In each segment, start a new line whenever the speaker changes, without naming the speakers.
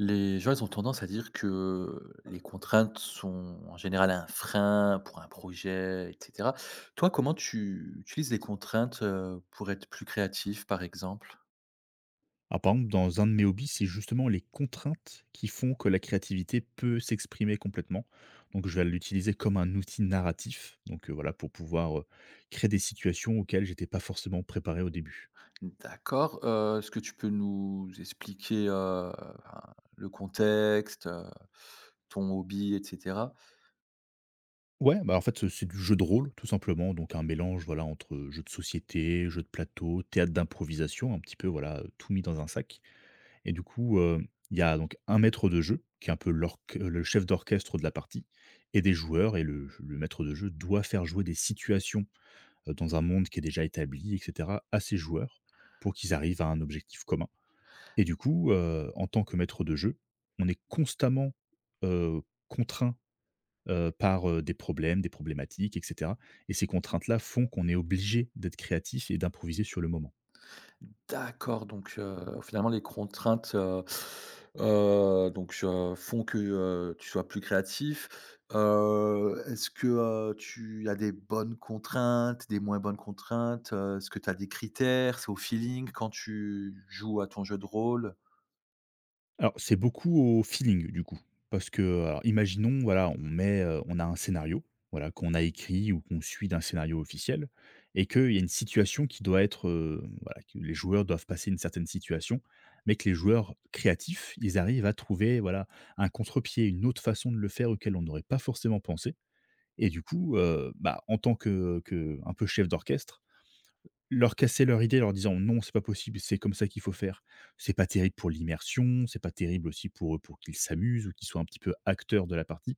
Les gens, ils ont tendance à dire que les contraintes sont en général un frein pour un projet, et cetera. Toi, comment tu utilises les contraintes, pour être plus créatif, par exemple?
Alors, par exemple, dans un de mes hobbies, c'est justement les contraintes qui font que la créativité peut s'exprimer complètement. Donc, je vais l'utiliser comme un outil narratif. Donc, voilà, pour pouvoir, créer des situations auxquelles j'étais pas forcément préparé au début.
D'accord, est-ce que tu peux nous expliquer, ben, le contexte, ton hobby, etc.
Ouais, bah, en fait, c'est du jeu de rôle, tout simplement. Donc, un mélange, voilà, entre jeu de société, jeu de plateau, théâtre d'improvisation, un petit peu, voilà, tout mis dans un sac. Et du coup, il y a donc un maître de jeu qui est un peu l'orc le chef d'orchestre de la partie et des joueurs et le maître de jeu doit faire jouer des situations, dans un monde qui est déjà établi et cetera à ses joueurs pour qu'ils arrivent à un objectif commun et du coup, en tant que maître de jeu, on est constamment, heu, contraint, par, des problèmes, des problématiques et cetera et ces contraintes-là font qu'on est obligé d'être créatif et d'improviser sur le moment.
D'accord, donc finalement les contraintes, donc font que, tu sois plus créatif. Est-ce que, tu as des bonnes contraintes, des moins bonnes contraintes? Est-ce que tu as des critères? C'est au feeling quand tu joues à ton jeu de rôle?
Alors, c'est beaucoup au feeling du coup, parce que alors imaginons, voilà, on a un scénario, voilà, qu'on a écrit ou qu'on suit d'un scénario officiel et qu'il y a une situation qui doit être, voilà, que les joueurs doivent passer une certaine situation, mais que les joueurs créatifs, ils arrivent à trouver, voilà, un contre-pied, une autre façon de le faire auquel on n'aurait pas forcément pensé et du coup, bah, en tant que un peu chef d'orchestre, leur casser leur idée leur disant: «Non, c'est pas possible, c'est comme ça qu'il faut faire». C'est pas terrible pour l'immersion, c'est pas terrible aussi pour, eux pour qu'ils s'amusent ou qu'ils soient un petit peu acteurs de la partie.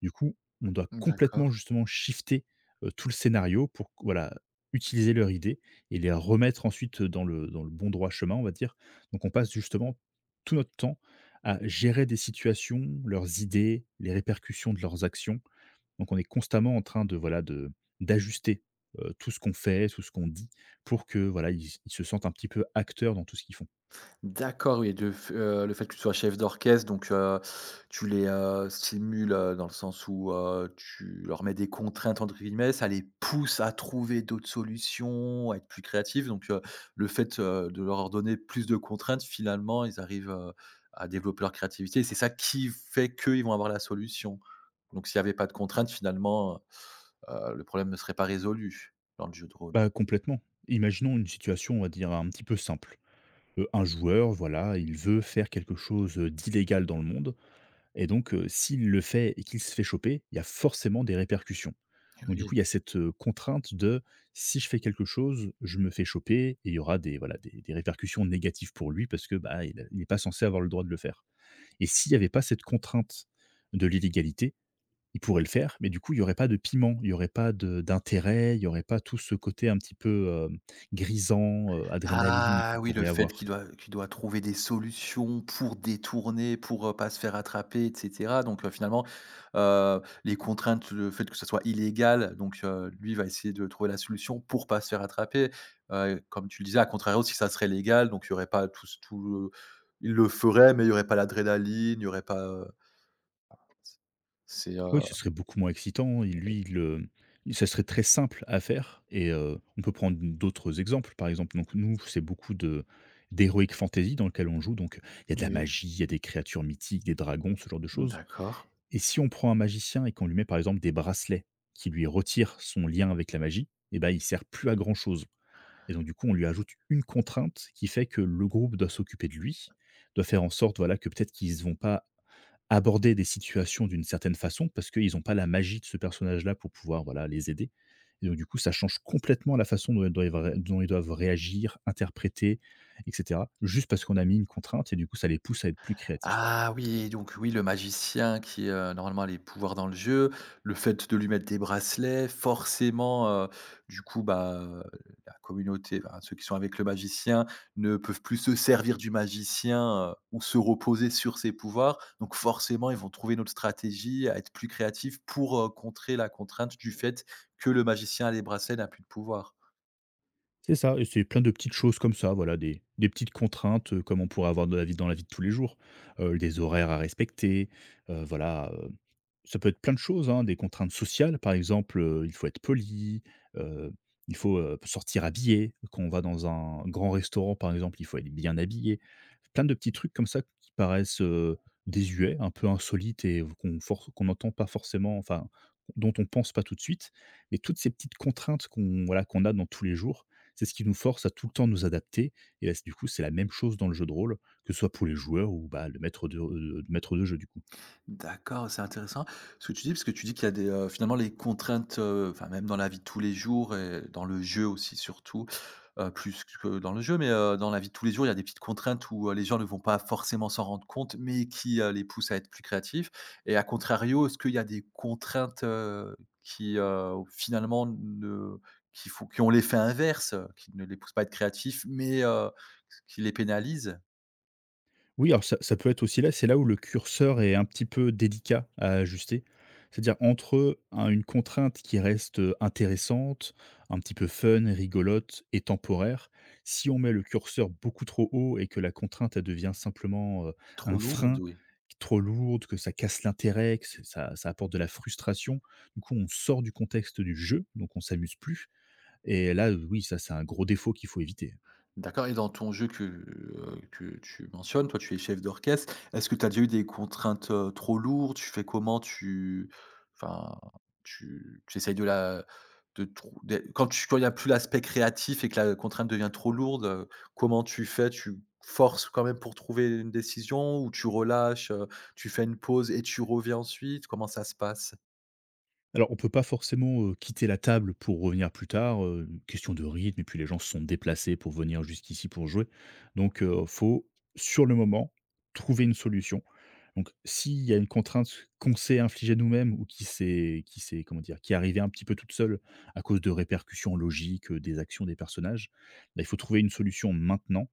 Du coup, on doit
D'accord.
complètement justement shifter, tout le scénario pour voilà, utiliser leur idée et les remettre ensuite, dans le bon droit chemin, on va dire. Donc on passe justement tout notre temps à gérer des situations, leurs idées, les répercussions de leurs actions donc on est constamment en train de voilà de d'ajuster, tout ce qu'on fait, tout ce qu'on dit pour que voilà, ils se sentent un petit peu acteurs dans tout ce qu'ils font.
D'accord, oui, de f le fait que tu sois chef d'orchestre, donc tu les, stimules, dans le sens où, tu leur mets «des contraintes» entre guillemets, ça les pousse à trouver d'autres solutions, à être plus créatifs, donc le fait, de leur donner plus de contraintes, finalement, ils arrivent, à développer leur créativité et c'est ça qui fait qu'ils vont avoir la solution. Donc s'il n'y avait pas de contraintes, finalement, le problème ne serait pas résolu dans le jeu de rôle.
Pas complètement. Imaginons une situation, on va dire un petit peu simple. Un joueur, voilà, il veut faire quelque chose, d'illégal dans le monde et donc s'il le fait et qu'il se fait choper, il y a forcément des répercussions. Donc du coup, il y a cette, contrainte de: «Si je fais quelque chose, je me fais choper» et il y aura des voilà, des répercussions négatives pour lui parce que, bah, il n'est pas censé avoir le droit de le faire. Et s'il n'y avait pas cette contrainte de l'illégalité, il pourrait le faire, mais du coup, il n'y aurait pas de piment, il n'y aurait pas de d'intérêt, il n'y aurait pas tout ce côté un petit peu, grisant, adrénaline
Ah
qu'il
oui, le
pourrait
fait
avoir.
qu'il doit trouver des solutions pour détourner, pour, pas se faire attraper et cetera. Donc, finalement, les contraintes, le fait que ce soit illégal, donc, lui va essayer de trouver la solution pour pas se faire attraper. Comme tu le disais, à contrario, si ça serait légal, donc il y aurait pas tout ce tout le il le ferait, mais il y aurait pas l'adrénaline, il y aurait pas, c'est,
Oui, ce serait beaucoup moins excitant, et lui, ça serait très simple à faire et on peut prendre d'autres exemples. Par exemple, donc nous, c'est beaucoup de d'heroic fantasy dans lequel on joue, donc il y a de la
oui,
magie, il y a des créatures mythiques, des dragons, ce genre de choses.
d'accord.
Et si on prend un magicien et qu'on lui met par exemple des bracelets qui lui retirent son lien avec la magie, eh ben il sert plus à grand chose. Et donc du coup, on lui ajoute une contrainte qui fait que le groupe doit s'occuper de lui, doit faire en sorte voilà que peut-être qu'ils ne vont pas aborder des situations d'une certaine façon parce qu'ils n'ont pas la magie de ce personnage-là pour pouvoir voilà les aider. Et donc du coup, ça change complètement la façon dont ils doivent, dont ils doivent réagir, interpréter, etc. Juste parce qu'on a mis une contrainte et du coup, ça les pousse à être plus créatifs.
Ah oui, donc oui, le magicien qui, normalement a les pouvoirs dans le jeu, le fait de lui mettre des bracelets, forcément, du coup, bah, la communauté, enfin ceux qui sont avec le magicien ne peuvent plus se servir du magicien, ou se reposer sur ses pouvoirs. Donc forcément, ils vont trouver une autre stratégie, à être plus créatifs pour, contrer la contrainte du fait que le magicien à les bracelets n'a plus de pouvoir.
C'est ça et c'est plein de petites choses comme ça, voilà, des petites contraintes, comme on pourrait avoir dans la vie de tous les jours. Des horaires à respecter, voilà, ça peut être plein de choses, hein, des contraintes sociales, par exemple, il faut être poli, heu, il faut, sortir habillé. Quand on va dans un grand restaurant, par exemple, il faut être bien habillé. Plein de petits trucs comme ça qui paraissent, désuets, un peu insolites et qu'on n'entend pas forcément, enfin, dont on pense pas tout de suite. Mais toutes ces petites contraintes qu'on voilà, qu'on a dans tous les jours, c'est ce qui nous force à tout le temps nous adapter et bah, c du coup, c'est la même chose dans le jeu de rôle, que ce soit pour les joueurs ou, bah, le maître de jeu, du coup.
D'accord, c'est intéressant ce que tu dis, parce que tu dis qu'il y a des, finalement les contraintes, enfin même dans la vie de tous les jours et dans le jeu aussi surtout, plus que dans le jeu, mais, dans la vie de tous les jours, il y a des petites contraintes où, les gens ne vont pas forcément s'en rendre compte, mais qui, les poussent à être plus créatifs et à contrario, est-ce qu'il y a des contraintes, qui, finalement ne qui font qui ont l'effet inverse, qui ne les poussent pas à être créatifs, mais, qui les pénalisent?
Oui, alors ça ça peut être aussi là, c'est là où le curseur est un petit peu délicat à ajuster. C'est-à-dire entre un une contrainte qui reste, intéressante, un petit peu fun, rigolote et temporaire, si on met le curseur beaucoup trop haut et que la contrainte, elle devient simplement,
Trop
un
lourdes,
frein,
oui.
trop lourde, que ça casse l'intérêt, que c'est ça ça apporte de la frustration. Du coup, on sort du contexte du jeu, donc on s'amuse plus et là, oui, ça, c'est un gros défaut qu'il faut éviter.
D'accord et dans ton jeu que tu mentionnes, toi, tu es chef d'orchestre. Est-ce que tu as déjà eu des contraintes, trop lourdes? Tu fais comment? Tu enfin, tu essayes de la de trou de quand tu quand il n'y a plus l'aspect créatif et que la contrainte devient trop lourde, comment tu fais? Tu forces quand même pour trouver une décision ou tu relâches, tu fais une pause et tu reviens ensuite? Comment ça se passe?
Alors, on peut pas forcément, quitter la table pour revenir plus tard, question de rythme et puis les gens se sont déplacés pour venir jusqu'ici pour jouer. Donc, faut sur le moment, trouver une solution. Donc s'il y a une contrainte qu'on s'est infligée nous-mêmes ou qui s'est comment dire? Qui est arrivée un petit peu toute seule à cause de répercussions logiques, des actions des personnages, bah, il faut trouver une solution maintenant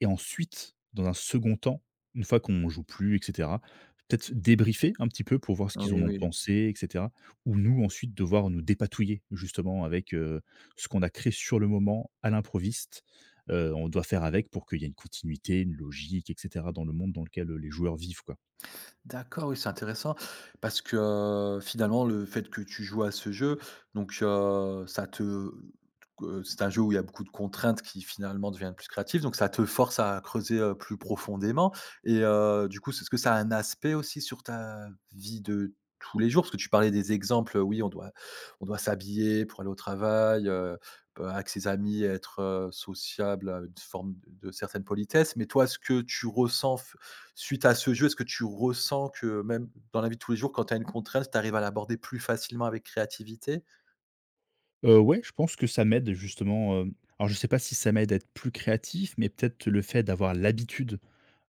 et ensuite, dans un second temps, une fois qu'on joue plus et cetera, peut-être débriefer un petit peu pour voir ce qu'ils en
Oui,
ont
oui.
pensé etc. Ou nous ensuite devoir nous dépatouiller justement avec, ce qu'on a créé sur le moment à l'improviste. On doit faire avec pour qu'il y ait une continuité, une logique et cetera dans le monde dans lequel, les joueurs vivent, quoi.
D'accord, oui, c'est intéressant parce que, finalement, le fait que tu joues à ce jeu, donc ça te c'est un jeu où il y a beaucoup de contraintes qui finalement deviennent plus créatives, donc ça te force à creuser, plus profondément et du coup, c'est est-ce que ça a un aspect aussi sur ta vie de tous les jours? Parce que tu parlais des exemples, oui, on doit s'habiller pour aller au travail, avec ses amis, être, sociable, une forme de certaine politesse, mais toi, ce que tu ressens suite à ce jeu, est-ce que tu ressens que même dans la vie de tous les jours, quand tu as une contrainte, tu arrives à l'aborder plus facilement avec créativité?
Ouais, je pense que ça m'aide justement, hem alors je sais pas si ça m'aide à être plus créatif, mais peut-être le fait d'avoir l'habitude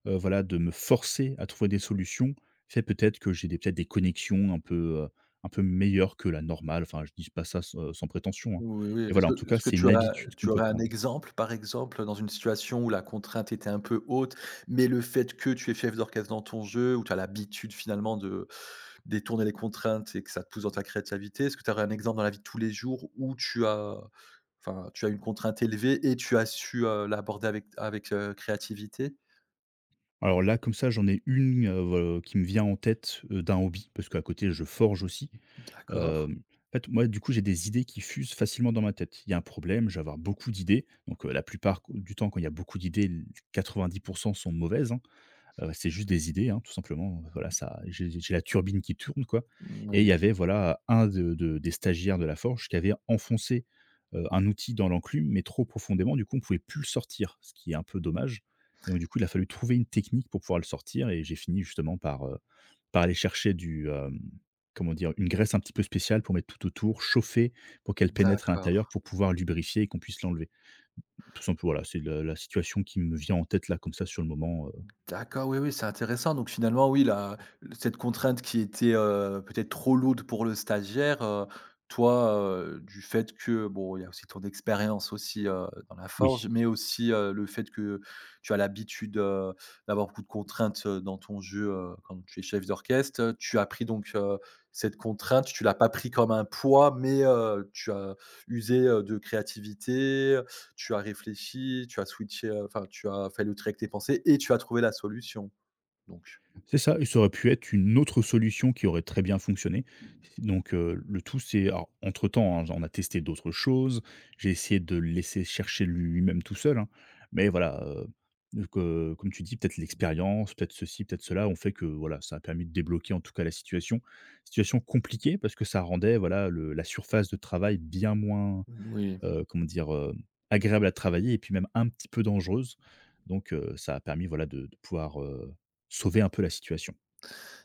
voilà, de me forcer à trouver des solutions, fait peut-être que j'ai des peut-être des connexions heu, un peu meilleures que la normale. Enfin, je dis pas ça s sans prétention, hein.
Oui, oui.
Mais
Est-ce
voilà, en
que
tout cas,
est-ce que
c'est
tu
une
as
habitude qu'on
tu
peut
aurais un
prendre.
exemple, par exemple, dans une situation où la contrainte était un peu haute, mais le fait que tu es chef d'orchestre dans ton jeu, où tu as l'habitude finalement de détourner les contraintes et que ça te pousse dans ta créativité, est-ce que tu aurais un exemple dans la vie de tous les jours où tu as enfin, tu as une contrainte élevée et tu as su, l'aborder avec, créativité?
Alors là, comme ça, j'en ai une, qui me vient en tête, d'un hobby, parce qu'à côté, je forge aussi.
D'accord.
Hem, en fait, moi, du coup, j'ai des idées qui fusent facilement dans ma tête. Il y a un problème, je vais avoir beaucoup d'idées. Donc, la plupart du temps, quand il y a beaucoup d'idées, l 90 sont mauvaises, hein. C'est juste des idées, hein, tout simplement, voilà, ça j'ai la turbine qui tourne, quoi et il y
Oui.
avait, voilà, un de des stagiaires de la forge qui avait enfoncé, un outil dans l'enclume, mais trop profondément, du coup, on pouvait plus le sortir, ce qui est un peu dommage et donc du coup, il a fallu trouver une technique pour pouvoir le sortir et j'ai fini justement par aller chercher du, comment dire? Une graisse un petit peu spéciale pour mettre tout autour, chauffer pour qu'elle pénètre à
D'accord.
l'intérieur, pour pouvoir lubrifier et qu'on puisse l'enlever. Tout simplement. Voilà, c'est la situation qui me vient en tête, là, comme ça, sur le moment,
D'accord, oui, oui, c'est intéressant. Donc finalement, oui, la cette contrainte qui était, peut-être trop lourde pour le stagiaire, toi, du fait que, bon, il y a aussi ton expérience aussi, dans la
oui.
forge, mais aussi, le fait que tu as l'habitude, d'avoir beaucoup de contraintes, dans ton jeu, quand tu es chef d'orchestre, tu as pris donc, cette contrainte, tu l'as pas pris comme un poids, mais, tu as usé, de créativité. Tu as réfléchi, tu as switché, enfin tu as fait le tri avec tes pensées et tu as trouvé la solution, donc.
C'est ça et ça aurait pu être une autre solution qui aurait très bien fonctionné. Donc le tout c'est alors entre temps, hein, on a testé d'autres choses, j'ai essayé de le laisser chercher lui-même tout seul, hein. Mais voilà, donc comme tu dis, peut-être l'expérience, peut-être ceci, peut-être cela, ont fait que voilà, ça a permis de débloquer en tout cas la situation. Situation compliquée parce que ça rendait voilà le la surface de travail bien moins
Oui,
comment dire? Agréable à travailler et puis même un petit peu dangereuse. Donc ça a permis voilà de pouvoir, sauver un peu la situation.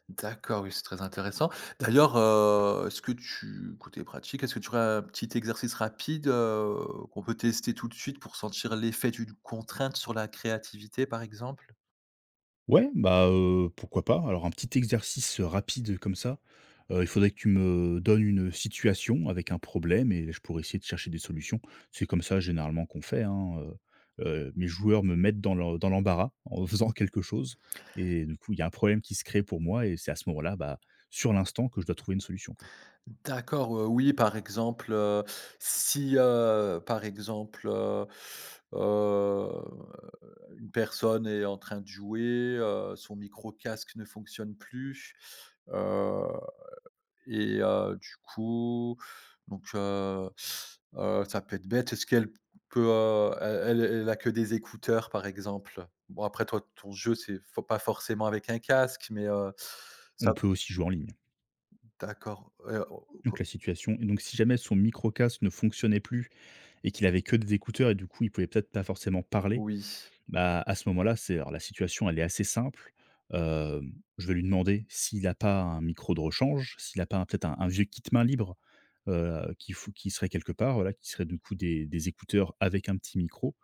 d'accord, oui, c'est très intéressant. D'ailleurs, est-ce que tu côté pratique, est-ce que tu aurais un petit exercice rapide, qu'on peut tester tout de suite pour sentir l'effet d'une contrainte sur la créativité, par exemple?
Ouais, bah, pourquoi pas? Alors un petit exercice, rapide comme ça. Il faudrait que tu me donnes une situation avec un problème et je pourrais essayer de chercher des solutions. C'est comme ça généralement qu'on fait, hein. Mes joueurs me mettent dans l'embarras en faisant quelque chose et du coup, il y a un problème qui se crée pour moi et c'est à ce moment-là, bah, sur l'instant que je dois trouver une solution, quoi.
D'accord, oui, par exemple, si, par exemple, heu, une personne est en train de jouer, son micro casque ne fonctionne plus, heu et du coup donc ça peut être bête. Est-ce qu'elle peut, elle a que des écouteurs, par exemple? Bon, après toi, ton jeu, c'est faut pas forcément avec un casque, mais
On
ça
peut aussi jouer en ligne.
d'accord,
Donc la situation et donc si jamais son microcasque ne fonctionnait plus et qu'il avait que des écouteurs et du coup, il pouvait peut-être pas forcément parler,
oui.
bah, à ce moment-là, c'est alors la situation, elle est assez simple. Je vais lui demander s'il n'a pas un micro de rechange, s'il n'a pas un peut-être un vieux kit main libre, qui serait quelque part, voilà, qui serait du coup des écouteurs avec un petit micro,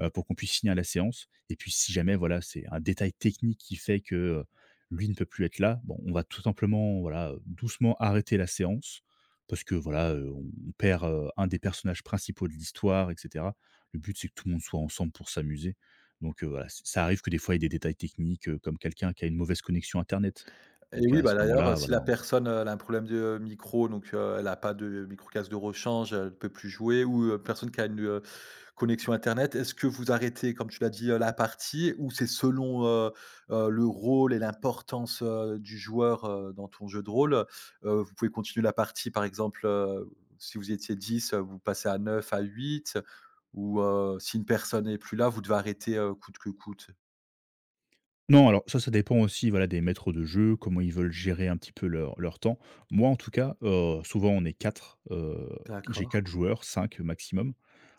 pour qu'on puisse finir la séance et puis si jamais, voilà, c'est un détail technique qui fait que, lui ne peut plus être là, bon, on va tout simplement, voilà, doucement arrêter la séance parce que, voilà, on perd, un des personnages principaux de l'histoire et cetera. Le but, c'est que tout le monde soit ensemble pour s'amuser. Donc voilà, ç ça arrive que des fois, il y ait des détails techniques, comme quelqu'un qui a une mauvaise connexion internet.
Et
Donc
oui,
à ce
bah, d'ailleurs,
moment-là,
si
voilà.
la personne, elle a un problème de, micro, donc elle a pas de micro casque de rechange, elle ne peut plus jouer ou, personne qui a une, connexion internet, est-ce que vous arrêtez, comme tu l'as dit, la partie ou c'est selon, le rôle et l'importance, du joueur, dans ton jeu de rôle? Vous pouvez continuer la partie, par exemple, si vous étiez 10, vous passez à 9, à 8. Ou, si une personne n'est plus là, vous devez arrêter, coûte que coûte?
Non, alors ça dépend aussi, voilà, des maîtres de jeu, comment ils veulent gérer un petit peu leur temps. Moi, en tout cas, souvent on est 4, j'ai 4
D'accord.
joueurs, 5 maximum.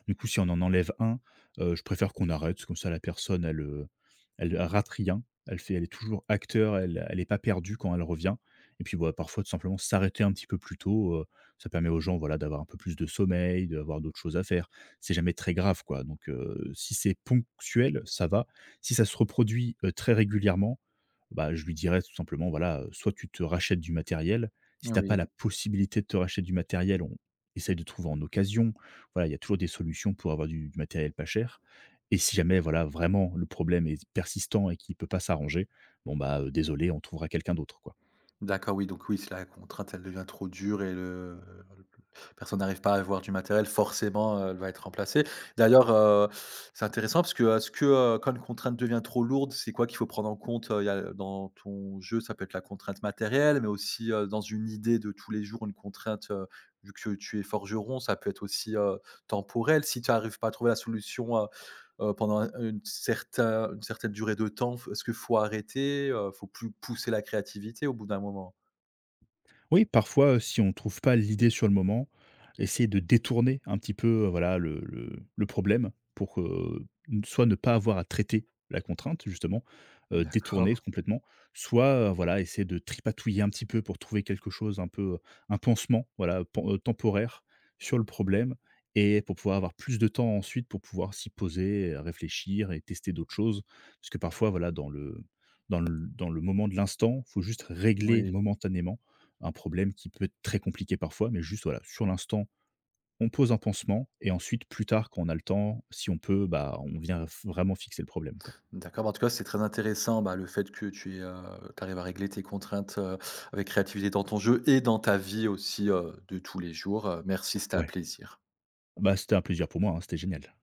Du coup, si on en enlève un, je préfère qu'on arrête, comme ça la personne elle, elle rate rien, elle est toujours acteur, elle est pas perdue quand elle revient et puis, voilà, parfois tout simplement s'arrêter un petit peu plus tôt, ça permet aux gens, voilà, d'avoir un peu plus de sommeil, d'avoir d'autres choses à faire. C'est jamais très grave quoi, donc si c'est ponctuel, ça va. Si ça se reproduit, très régulièrement, bah, je lui dirais tout simplement, voilà, soit tu te rachètes du matériel. Si t'as pas
Oui.
la possibilité de te racheter du matériel, on essaye de trouver en occasion. Voilà, il y a toujours des solutions pour avoir du matériel pas cher et si jamais, voilà, vraiment le problème est persistant et qu'il peut pas s'arranger, bon, bah, désolé, on trouvera quelqu'un d'autre, quoi.
D'accord, oui, donc oui, si la contrainte, elle devient trop dure et le- personne n'arrive pas à avoir du matériel, forcément, elle va être remplacée. D'ailleurs, c'est intéressant parce que est-ce que, quand une contrainte devient trop lourde, c'est quoi qu'il faut prendre en compte? Il y a dans ton jeu, ça peut être la contrainte matérielle, mais aussi, dans une idée de tous les jours, une contrainte, vu que tu es forgeron, ça peut être aussi, temporel. Si tu n'arrives pas à trouver la solution, pendant une certaine durée de temps, f est-ce que faut arrêter? Faut plus pousser la créativité au bout d'un moment?
Oui, parfois, si on ne trouve pas l'idée sur le moment, essayer de détourner un petit peu, voilà, le problème pour que, soit ne pas avoir à traiter la contrainte justement,
D'accord,
détourner complètement, soit, voilà, essayer de tripatouiller un petit peu pour trouver quelque chose un peu, un pansement, voilà, pan temporaire sur le problème et pour pouvoir avoir plus de temps ensuite pour pouvoir s'y poser, réfléchir et tester d'autres choses. Parce que parfois, voilà, dans le moment de l'instant, il faut juste régler
oui.
momentanément un problème qui peut être très compliqué parfois, mais juste voilà, sur l'instant, on pose un pansement et ensuite, plus tard, quand on a le temps, si on peut, bah, on vient vraiment fixer le problème, quoi.
D'accord, bah, en tout cas, c'est très intéressant, bah, le fait que tu es, tu arrives à régler tes contraintes, avec créativité dans ton jeu et dans ta vie aussi, de tous les jours. Merci, c'était un
Ouais,
plaisir.
bah, c'était un plaisir pour moi, hein, c'était génial.